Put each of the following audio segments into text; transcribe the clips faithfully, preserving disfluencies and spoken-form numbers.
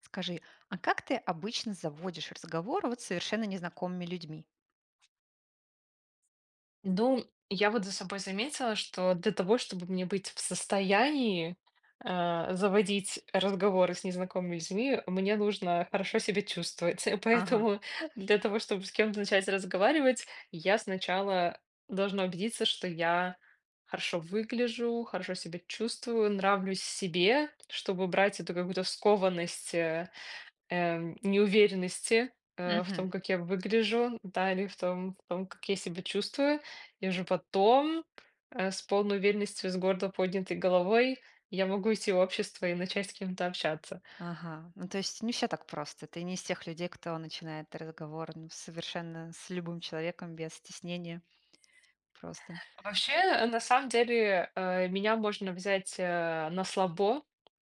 Скажи, а как ты обычно заводишь разговор вот с совершенно незнакомыми людьми? Ну, я вот за собой заметила, что для того, чтобы мне быть в состоянии, э, заводить разговоры с незнакомыми людьми, мне нужно хорошо себя чувствовать. Ага. Поэтому для того, чтобы с кем-то начать разговаривать, я сначала должна убедиться, что я хорошо выгляжу, хорошо себя чувствую, нравлюсь себе, чтобы брать эту какую-то скованность, э, эм, неуверенности, э, в Мгм. том, как я выгляжу, да, или в том, в том, как я себя чувствую. И уже потом, э, с полной уверенностью, с гордо поднятой головой я могу идти в общество и начать с кем-то общаться. Ага. Ну, то есть не все так просто. Ты не из тех людей, кто начинает разговор ну, совершенно с любым человеком без стеснения. Просто. Вообще, э, на самом деле, э, меня можно взять, э, на слабо.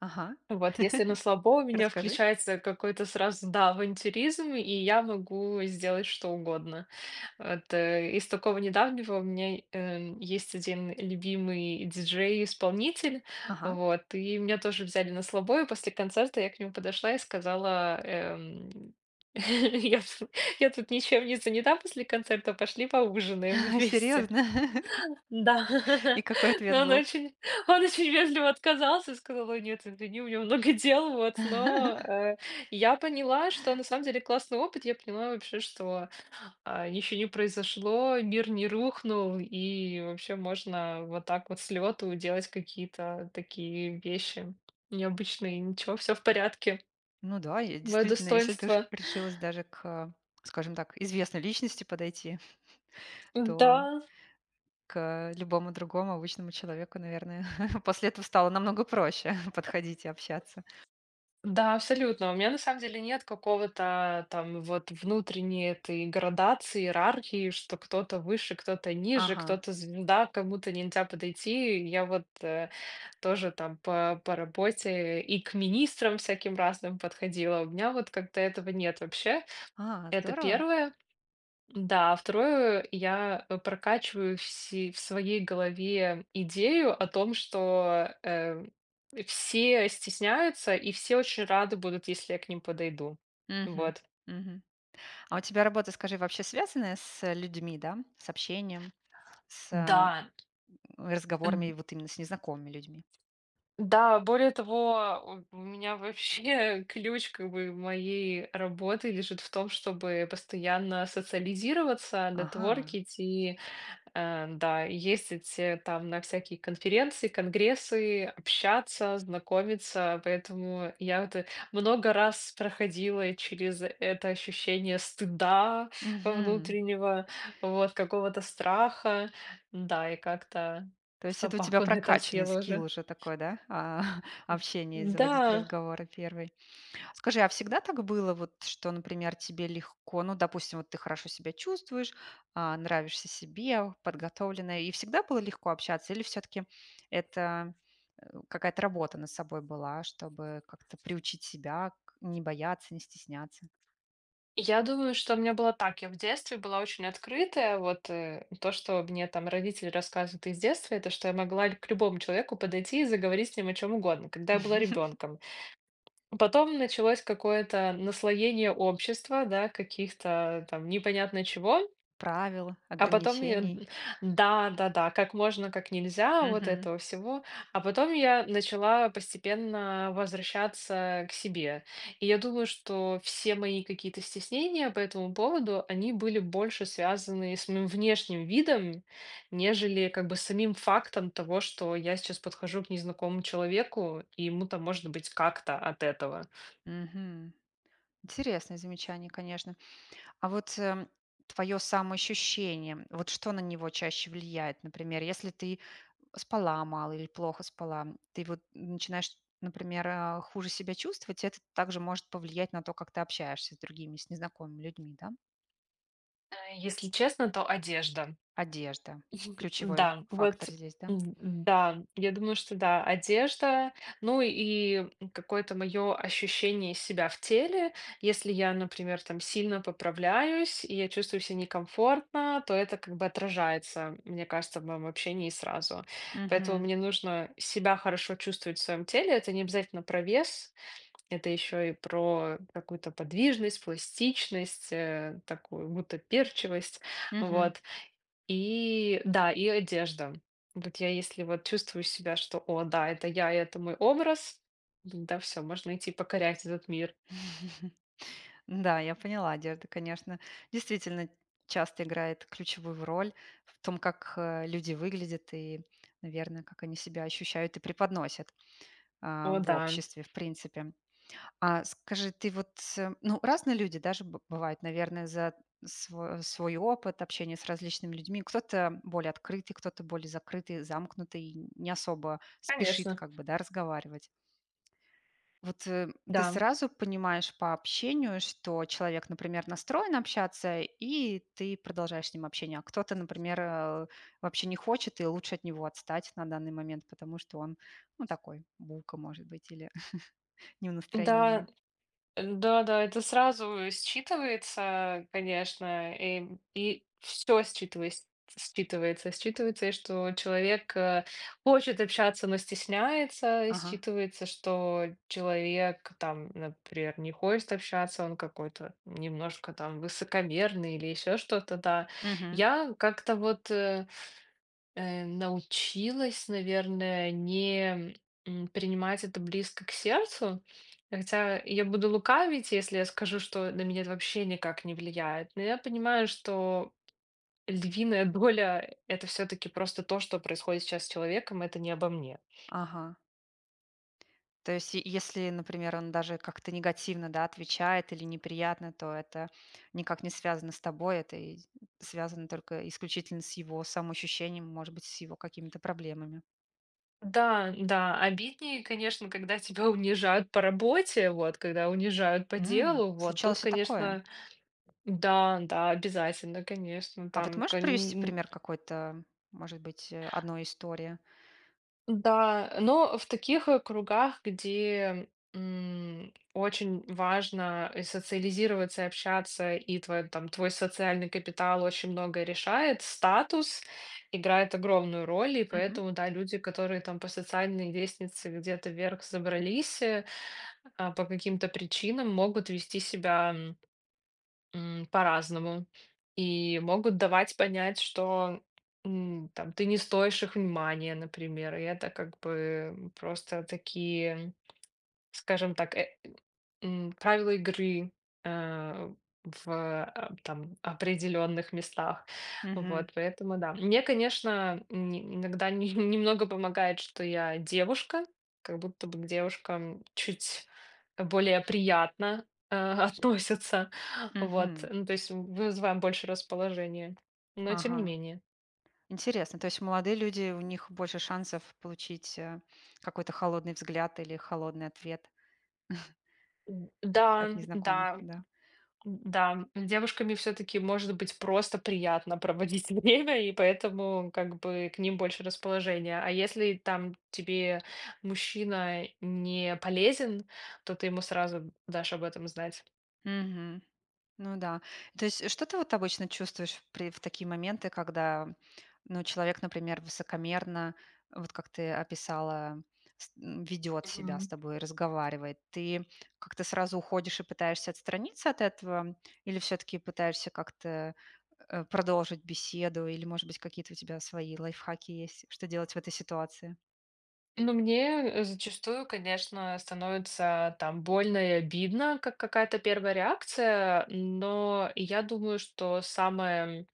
Ага. Вот, если на слабо, у меня Расскажи. включается какой-то сразу, да, авантюризм, и я могу сделать что угодно. Вот, э, из такого недавнего у меня, э, есть один любимый диджей-исполнитель, Ага. вот, и меня тоже взяли на слабое. После концерта я к нему подошла и сказала, эм: "Я тут я тут ничем не занята после концерта, пошли поужинаем Серьезно? вместе". Да. И какой ответ Но он был? очень он очень вежливо отказался, и сказал: "Ой, нет, извини, у меня много дел". Вот, но, э, я поняла, что на самом деле классный опыт. Я поняла вообще, что а, ничего не произошло, мир не рухнул, и вообще можно вот так вот с лету делать какие-то такие вещи необычные. Ничего, все в порядке. Ну да, и Мое действительно, если ты уж достоинство. решилась даже к, скажем так, известной личности подойти, Да, то к любому другому обычному человеку, наверное, после этого стало намного проще подходить и общаться. да, абсолютно. У меня на самом деле нет какого-то там вот внутренней этой градации, иерархии, что кто-то выше, кто-то ниже, Ага. кто-то звезда, к кому-то нельзя подойти. Я вот э, Тоже там по по работе и к министрам всяким разным подходила. У меня вот как-то этого нет вообще. А, Это здорово. первое. Да, а второе, я, э, прокачиваю все в своей голове идею о том, что, э, все стесняются и все очень рады будут, если я к ним подойду. Мгм. Вот. Мгм. А у тебя работа, скажи, вообще связанная с э, людьми, да? С общением, с э, Да. разговорами вот именно с незнакомыми людьми? Да, более того, у у меня вообще ключ как бы моей работы лежит в том, чтобы постоянно социализироваться, Ага. нетворкить и, э, да, ездить э, там на всякие конференции, конгрессы, общаться, знакомиться. Поэтому я вот э, много раз проходила через это ощущение стыда Мгм. внутреннего, вот какого-то страха. Да, и как-то То есть это у тебя собаку на этом прокачанный съела скилл уже. уже такой, да? А, общение, Да. заводить разговоры первый. Скажи, а всегда так было, вот, что, например, тебе легко, ну, допустим, вот ты хорошо себя чувствуешь, а, нравишься себе, подготовленная, и всегда было легко общаться, или все-таки это э, какая-то работа над собой была, чтобы как-то приучить себя к- не бояться, не стесняться? Я думаю, что у меня было так. Я в детстве была очень открытая. Вот э, то, что мне там родители рассказывают из детства, это что я могла к любому человеку подойти и заговорить с ним о чем угодно, когда я была ребенком. Потом началось какое-то наслоение общества, да, каких-то там непонятно чего. Правил, А потом я ограничений. д да-да-да, как можно, как нельзя, вот Мгм. этого всего. А потом я начала постепенно возвращаться к себе. И я думаю, что все мои какие-то стеснения по этому поводу, они были больше связаны с моим внешним видом, нежели как бы самим фактом того, что я сейчас подхожу к незнакомому человеку, и ему-то может быть как-то от этого. Мгм. Интересное замечание, конечно. А вот твое самоощущение, вот что на него чаще влияет, например, если ты спала мало или плохо спала, ты вот начинаешь, например, а, хуже себя чувствовать, это также может повлиять на то, как ты общаешься с другими, с незнакомыми людьми, да? Э, если честно, то одежда. Одежда. Ключевой Да, вот, фактор здесь, да? м, да, я думаю, что да, одежда, ну и какое-то мое ощущение себя в теле. Если я, например, там сильно поправляюсь, и я чувствую себя некомфортно, то это как бы отражается, мне кажется, в моем общении сразу. Поэтому Мгм. мне нужно себя хорошо чувствовать в своем теле. Это не обязательно про вес, это еще и про какую-то подвижность, пластичность, э, такую гутоперчивость. Мгм. Вот. И да, и одежда. Вот я если вот чувствую себя, что о, да, это я, и это мой образ, да, все, можно идти покорять этот мир. Да, я поняла, одежда, конечно, действительно часто играет ключевую роль в том, как э, люди выглядят и, наверное, как они себя ощущают и преподносят а, О, в да, обществе, в принципе. А скажи, ты вот, э, ну, разные люди, даже б- бывают, наверное, за сво- свой опыт общения с различными людьми. Кто-то более открытый, кто-то более закрытый, замкнутый, и не особо спешит конечно, как бы, да, разговаривать. Вот э, ты да. сразу понимаешь по общению, что человек, например, настроен общаться, и ты продолжаешь с ним общение. А кто-то, например, э, вообще не хочет, и лучше от него отстать на данный момент, потому что он, ну, такой, булка, может быть, или не в Да, настроении. да-да, это сразу считывается, конечно, и, и все считывается, считывается, считывается, и что человек э, хочет общаться, но стесняется, и Ага. считывается, что человек там, например, не хочет общаться, он какой-то немножко там высокомерный или еще что-то, да. Я как-то вот э, э, научилась, наверное, не м, принимать это близко к сердцу. Хотя я буду лукавить, если я скажу, что на меня это вообще никак не влияет. Но я понимаю, что львиная доля — это все-таки просто то, что происходит сейчас с человеком, это не обо мне. Ага. То есть, е если, например, он даже как-то негативно, да, отвечает или неприятно, то это никак не связано с тобой, это и связано только исключительно с его самоощущением, может быть, с его какими-то проблемами. Да, да, обиднее, конечно, когда тебя унижают по работе, вот, когда унижают по М, делу, вот, тут, случалось и такое. конечно, да, да, обязательно, конечно, А вот там, можешь привести кон- пример какой-то, может быть, э, одной истории? Да, но в таких, э, кругах, где, м, очень важно, э, социализироваться и общаться, и твой, там, твой социальный капитал очень многое решает, статус играет огромную роль, и Мгм. поэтому, да, люди, которые там по социальной лестнице где-то вверх забрались, э, а, по каким-то причинам, могут вести себя М, по-разному. И могут давать понять, что, м, там ты не стоишь их внимания, например. И это как бы просто такие, скажем так, э М, правила игры, э, в, а, там определенных местах. Мгм. Вот, поэтому да. Мне, конечно, н иногда не немного помогает, что я девушка, как будто бы к девушкам чуть более приятно, э, относятся. Вот, Мгм. ну, то есть вызываем больше расположения, но тем не Ага. менее. Интересно. То есть молодые люди, у них больше шансов получить, э, какой-то холодный взгляд или холодный ответ Д от да, незнакомых, да. да? Да, с девушками все-таки может быть просто приятно проводить время, и поэтому как бы к ним больше расположения. А если там тебе мужчина не полезен, то ты ему сразу дашь об этом знать. Мгм. Ну да. То есть что ты вот обычно чувствуешь при в такие моменты, когда, ну, человек, например, высокомерно, вот как ты описала, с м, ведет себя Мгм. с тобой, разговаривает? Ты как-то сразу уходишь и пытаешься отстраниться от этого? Или все-таки пытаешься как-то э, продолжить беседу? Или, может быть, какие-то у тебя свои лайфхаки есть, что делать в этой ситуации? Ну, мне э, зачастую, конечно, становится там больно и обидно, как какая-то первая реакция, но я думаю, что самое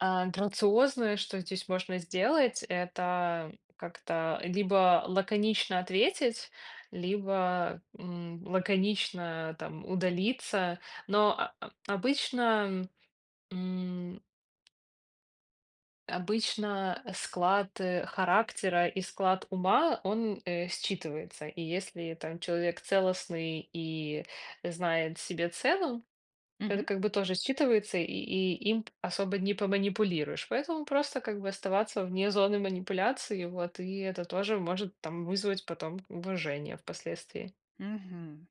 А, грациозное, что здесь можно сделать, это как-то либо лаконично ответить, либо м, лаконично там удалиться. Но а- а- обычно, м, обычно склад э, характера и склад ума, он э, считывается. И если там человек целостный и знает себе цену, то это Мгм. как бы тоже считывается, и, и им особо не поманипулируешь. Поэтому просто как бы оставаться вне зоны манипуляции, вот, и это тоже может там вызвать потом уважение впоследствии. Мгм.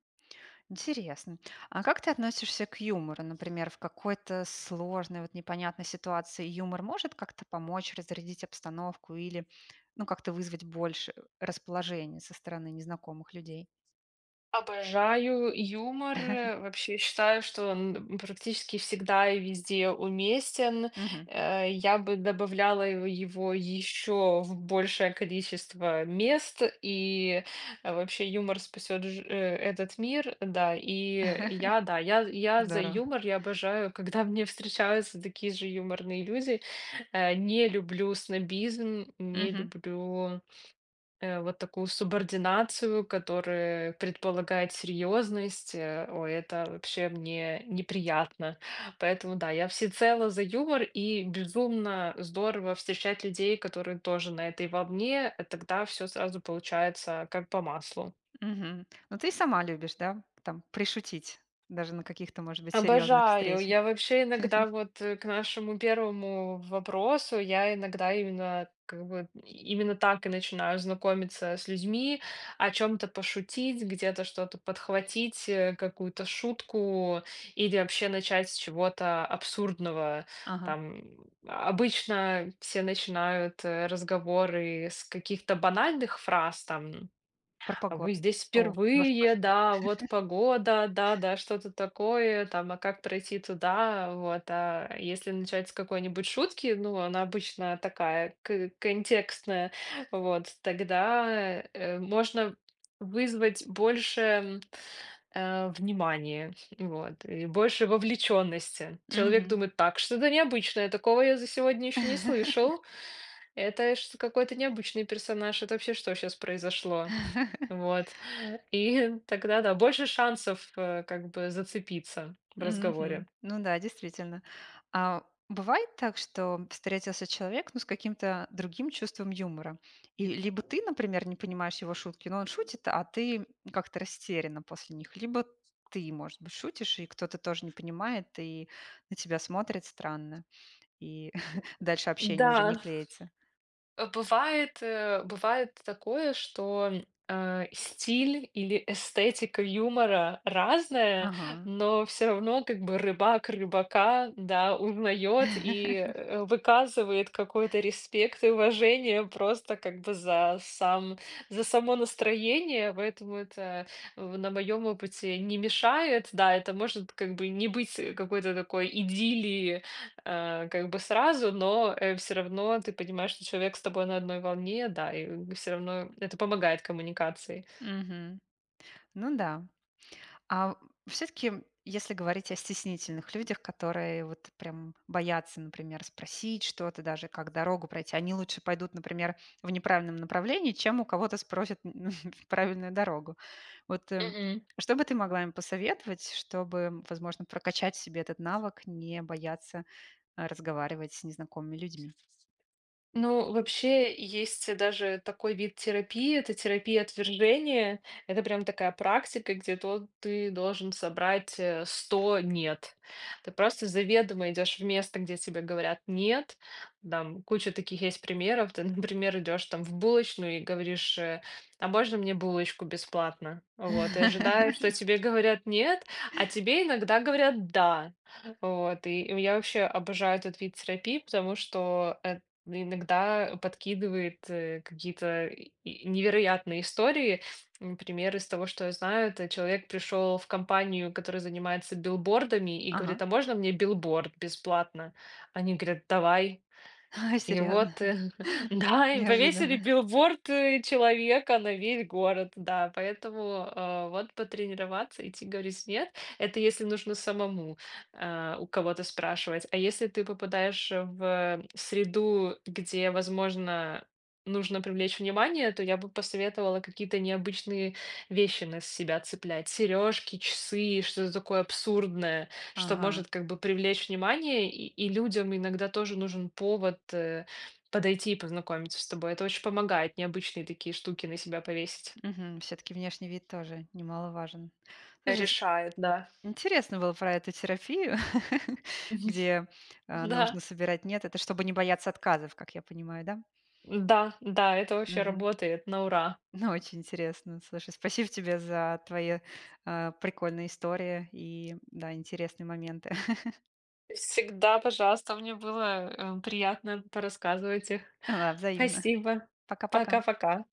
Интересно. А как ты относишься к юмору? Например, в какой-то сложной, вот непонятной ситуации юмор может как-то помочь разрядить обстановку или, ну, как-то вызвать больше расположения со стороны незнакомых людей? Обожаю юмор. э, Вообще считаю, что он практически всегда и везде уместен. Мгм. Э, Я бы добавляла его его еще в большее количество мест. И э, вообще юмор спасет ж- э, этот мир. Да, и я, да, я, я за Здорово. юмор. Я обожаю, когда мне встречаются такие же юморные люди. Э, Не люблю снобизм, не Мгм. люблю Э, вот такую субординацию, которая предполагает серьезность, э, ой, это вообще мне неприятно. Поэтому да, я всецело за юмор, и безумно здорово встречать людей, которые тоже на этой волне, э, тогда все сразу получается как по маслу. Мгм. Ну, ты и сама любишь, да, там, пришутить, даже на каких-то, может быть, серьезных Обожаю. встречах. Я вообще иногда вот, э, к нашему первому вопросу, я иногда именно как бы именно так и начинаю знакомиться с людьми, о чем то пошутить, где-то что-то подхватить, э, какую-то шутку или вообще начать с чего-то абсурдного. Ага. Там обычно все начинают, э, разговоры с каких-то банальных фраз, там Про а погоду. вы здесь О, дождь впервые, пошел. да, вот погода, да-да, что-то такое, там, а как пройти туда, вот. А если начать с какой-нибудь шутки, ну, она обычно такая к- контекстная, вот, тогда э, можно вызвать больше м, э, внимания, вот, и больше вовлеченности. Человек Мгм. думает, так, что-то необычное, такого я за сегодня еще не слышал, это ж какой-то необычный персонаж, это вообще что сейчас произошло? Вот. И тогда, да, больше шансов, э, как бы зацепиться в разговоре. Мгм. Ну да, действительно. А бывает так, что встретился человек, ну, с каким-то другим чувством юмора? И либо ты, например, не понимаешь его шутки, но он шутит, а ты как-то растеряна после них, либо ты, может быть, шутишь, и кто-то тоже не понимает, и на тебя смотрит странно, и дальше общение уже не Да, клеится. Э, бывает, э, бывает такое, что э, стиль или эстетика юмора разная, Ага. но все равно как бы рыбак рыбака, да, узнает и э, выказывает какой-то респект и уважение просто как бы за сам, за само настроение, поэтому это э, на моем опыте не мешает, да, это может как бы не быть э, какой-то такой идиллии э, как бы сразу, но все равно ты понимаешь, что человек с тобой на одной волне, да, и все равно это помогает коммуникации. Мгм. Ну да. А все-таки, если говорить о стеснительных людях, которые вот прям боятся, например, спросить что-то, даже как дорогу пройти, они лучше пойдут, например, в неправильном направлении, чем у кого-то спросят м, правильную дорогу. Вот э, что бы ты могла им посоветовать, чтобы, возможно, прокачать в себе этот навык, не бояться э, разговаривать с незнакомыми людьми? Ну, вообще есть даже такой вид терапии, это терапия отвержения. Это прям такая практика, где то ты должен собрать э, сто «нет». Ты просто заведомо идешь в место, где тебе говорят «нет». Там куча таких есть примеров. Ты, например, идешь там в булочную и говоришь, э, а можно мне булочку бесплатно? Вот, и ожидаешь, что тебе говорят «нет», а тебе иногда говорят «да». Вот, и я вообще обожаю этот вид терапии, потому что ну, иногда подкидывает э, какие-то и- и невероятные истории. Например, из того, что я знаю, это человек пришел в компанию, которая занимается билбордами, и говорит, Ага, а можно мне билборд бесплатно? Они говорят, давай. И серьезно. вот, э, да, и повесили Неожиданно. билборд, э, человека на весь город, да. Поэтому, э, вот потренироваться, идти говорить "нет" — это если нужно самому, а, у кого-то спрашивать. А если ты попадаешь в среду, где, возможно, нужно привлечь внимание, то я бы посоветовала какие-то необычные вещи на себя цеплять: сережки, часы, что-то такое абсурдное, что Ага. может как бы привлечь внимание, и, и людям иногда тоже нужен повод э, подойти и познакомиться с тобой. Это очень помогает необычные такие штуки на себя повесить. Все-таки внешний вид тоже немаловажен. Слушай, с- Решает, да. интересно было про эту терапию, Мгм. где а, Да, нужно собирать «нет». Это чтобы не бояться отказов, как я понимаю, да? да, да, это вообще Мгм. работает на ура. Ну, очень интересно. Слушай, спасибо тебе за твои а, прикольные истории и, да, интересные моменты. Всегда, пожалуйста, мне было э, приятно порассказывать их. Да, взаимно. Спасибо. Пока-пока. Пока-пока.